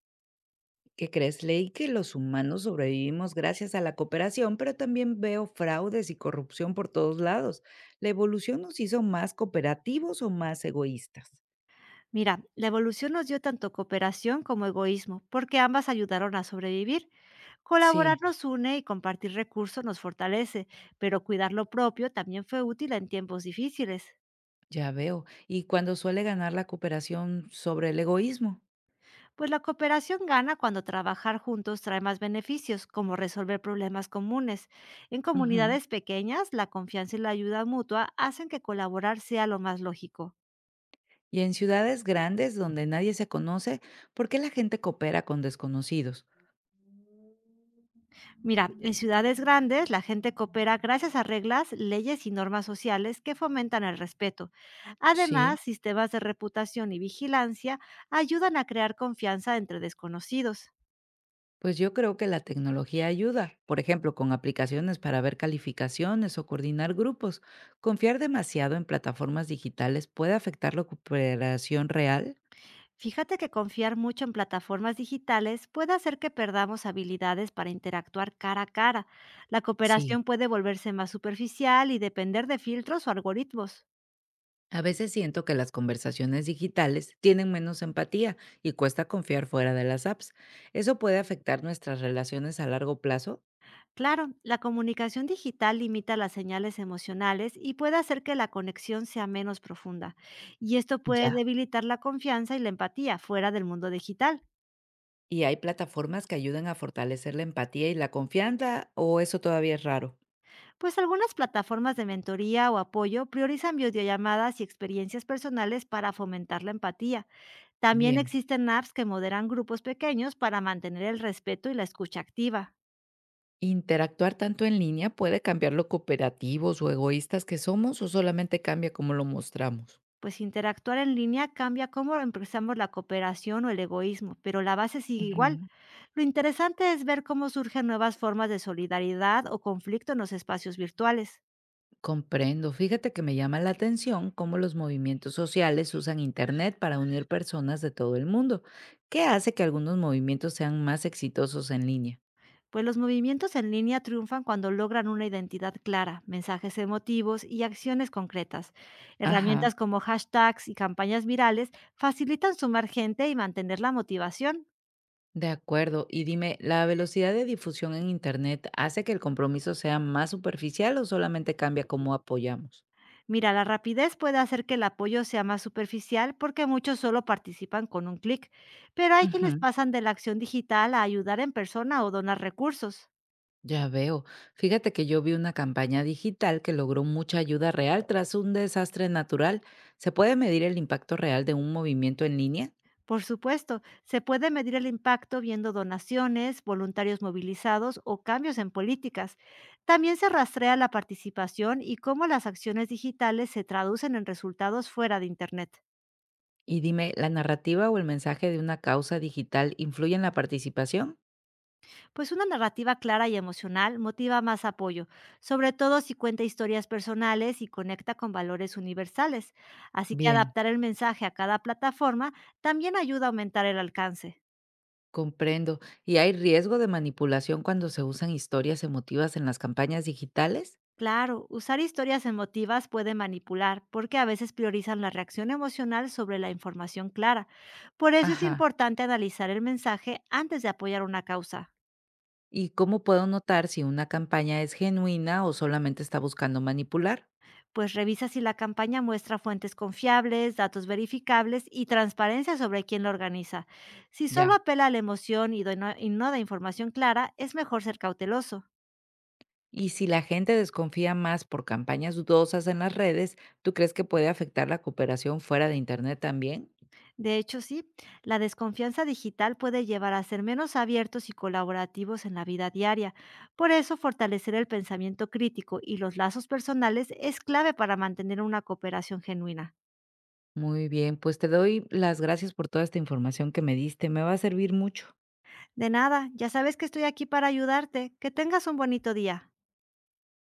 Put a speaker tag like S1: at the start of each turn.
S1: ¿Qué crees? Leí que los humanos sobrevivimos gracias a la cooperación, pero también veo fraudes y corrupción por todos lados. ¿La evolución nos hizo más cooperativos o más egoístas?
S2: Mira, la evolución nos dio tanto cooperación como egoísmo, porque ambas ayudaron a sobrevivir. Colaborar
S1: Sí,
S2: nos une y compartir recursos nos fortalece, pero cuidar lo propio también fue útil en tiempos difíciles.
S1: ya veo. Y cuando suele ganar la cooperación sobre el egoísmo.
S2: Pues la cooperación gana cuando trabajar juntos trae más beneficios, como resolver problemas comunes. En
S1: Ujú.
S2: comunidades pequeñas, la confianza y la ayuda mutua hacen que colaborar sea lo más lógico.
S1: Y en ciudades grandes donde nadie se conoce, ¿por qué la gente coopera con desconocidos?
S2: Mira, en ciudades grandes la gente coopera gracias a reglas, leyes y normas sociales que fomentan el respeto.
S1: Sí.
S2: Además, sistemas de reputación y vigilancia ayudan a crear confianza entre desconocidos.
S1: Pues yo creo que la tecnología ayuda, por ejemplo, con aplicaciones para ver calificaciones o coordinar grupos. ¿Confiar demasiado en plataformas digitales puede afectar la cooperación real?
S2: Fíjate que confiar mucho en plataformas digitales puede hacer que perdamos habilidades para interactuar cara a cara. La
S1: Sí,
S2: cooperación puede volverse más superficial y depender de filtros o algoritmos.
S1: a veces siento que las conversaciones digitales tienen menos empatía y cuesta confiar fuera de las apps. ¿Eso puede afectar nuestras relaciones a largo plazo?
S2: Claro, la comunicación digital limita las señales emocionales y puede hacer que la conexión sea menos profunda. Y esto puede
S1: Ya.
S2: debilitar la confianza y la empatía fuera del mundo digital.
S1: ¿Y hay plataformas que ayudan a fortalecer la empatía y la confianza o eso todavía es raro?
S2: Pues algunas plataformas de mentoría o apoyo priorizan videollamadas y experiencias personales para fomentar la empatía. También
S1: Bien.
S2: existen apps que moderan grupos pequeños para mantener el respeto y la escucha activa.
S1: ¿Interactuar tanto en línea puede cambiar lo cooperativos o egoístas que somos o solamente cambia cómo lo mostramos?
S2: Pues interactuar en línea cambia cómo empezamos la cooperación o el egoísmo, pero la base sigue igual.
S1: Ujú.
S2: Lo interesante es ver cómo surgen nuevas formas de solidaridad o conflicto en los espacios virtuales.
S1: Comprendo. Fíjate que me llama la atención cómo los movimientos sociales usan Internet para unir personas de todo el mundo. ¿Qué hace que algunos movimientos sean más exitosos en línea?
S2: Pues los movimientos en línea triunfan cuando logran una identidad clara, mensajes emotivos y acciones concretas.
S1: Ajá,
S2: Herramientas como hashtags y campañas virales facilitan sumar gente y mantener la motivación.
S1: de acuerdo. Y dime, ¿la velocidad de difusión en Internet hace que el compromiso sea más superficial o solamente cambia cómo apoyamos?
S2: Mira, la rapidez puede hacer que el apoyo sea más superficial porque muchos solo participan con un clic, pero hay quienes pasan de la acción digital a ayudar en persona o donar recursos.
S1: Ya veo. Fíjate que yo vi una campaña digital que logró mucha ayuda real tras un desastre natural. ¿Se puede medir el impacto real de un movimiento en línea?
S2: Por supuesto, se puede medir el impacto viendo donaciones, voluntarios movilizados o cambios en políticas. También se rastrea la participación y cómo las acciones digitales se traducen en resultados fuera de Internet.
S1: Y dime, ¿la narrativa o el mensaje de una causa digital influye en la participación?
S2: Pues una narrativa clara y emocional motiva más apoyo, sobre todo si cuenta historias personales y conecta con valores universales. Así que
S1: Bien,
S2: adaptar el mensaje a cada plataforma también ayuda a aumentar el alcance.
S1: comprendo. ¿Y hay riesgo de manipulación cuando se usan historias emotivas en las campañas digitales?
S2: Claro, usar historias emotivas puede manipular porque a veces priorizan la reacción emocional sobre la información clara. Por eso es
S1: Ajá.
S2: importante analizar el mensaje antes de apoyar una causa.
S1: ¿Y cómo puedo notar si una campaña es genuina o solamente está buscando manipular?
S2: Pues revisa si la campaña muestra fuentes confiables, datos verificables y transparencia sobre quién la organiza. Si solo
S1: Ya.
S2: apela a la emoción y, y no da información clara, es mejor ser cauteloso.
S1: Y si la gente desconfía más por campañas dudosas en las redes, ¿tú crees que puede afectar la cooperación fuera de Internet también?
S2: De hecho, sí, la desconfianza digital puede llevar a ser menos abiertos y colaborativos en la vida diaria. Por eso, fortalecer el pensamiento crítico y los lazos personales es clave para mantener una cooperación genuina.
S1: Muy bien, pues te doy las gracias por toda esta información que me diste, me va a servir mucho.
S2: De nada, ya sabes que estoy aquí para ayudarte. Que tengas un bonito día.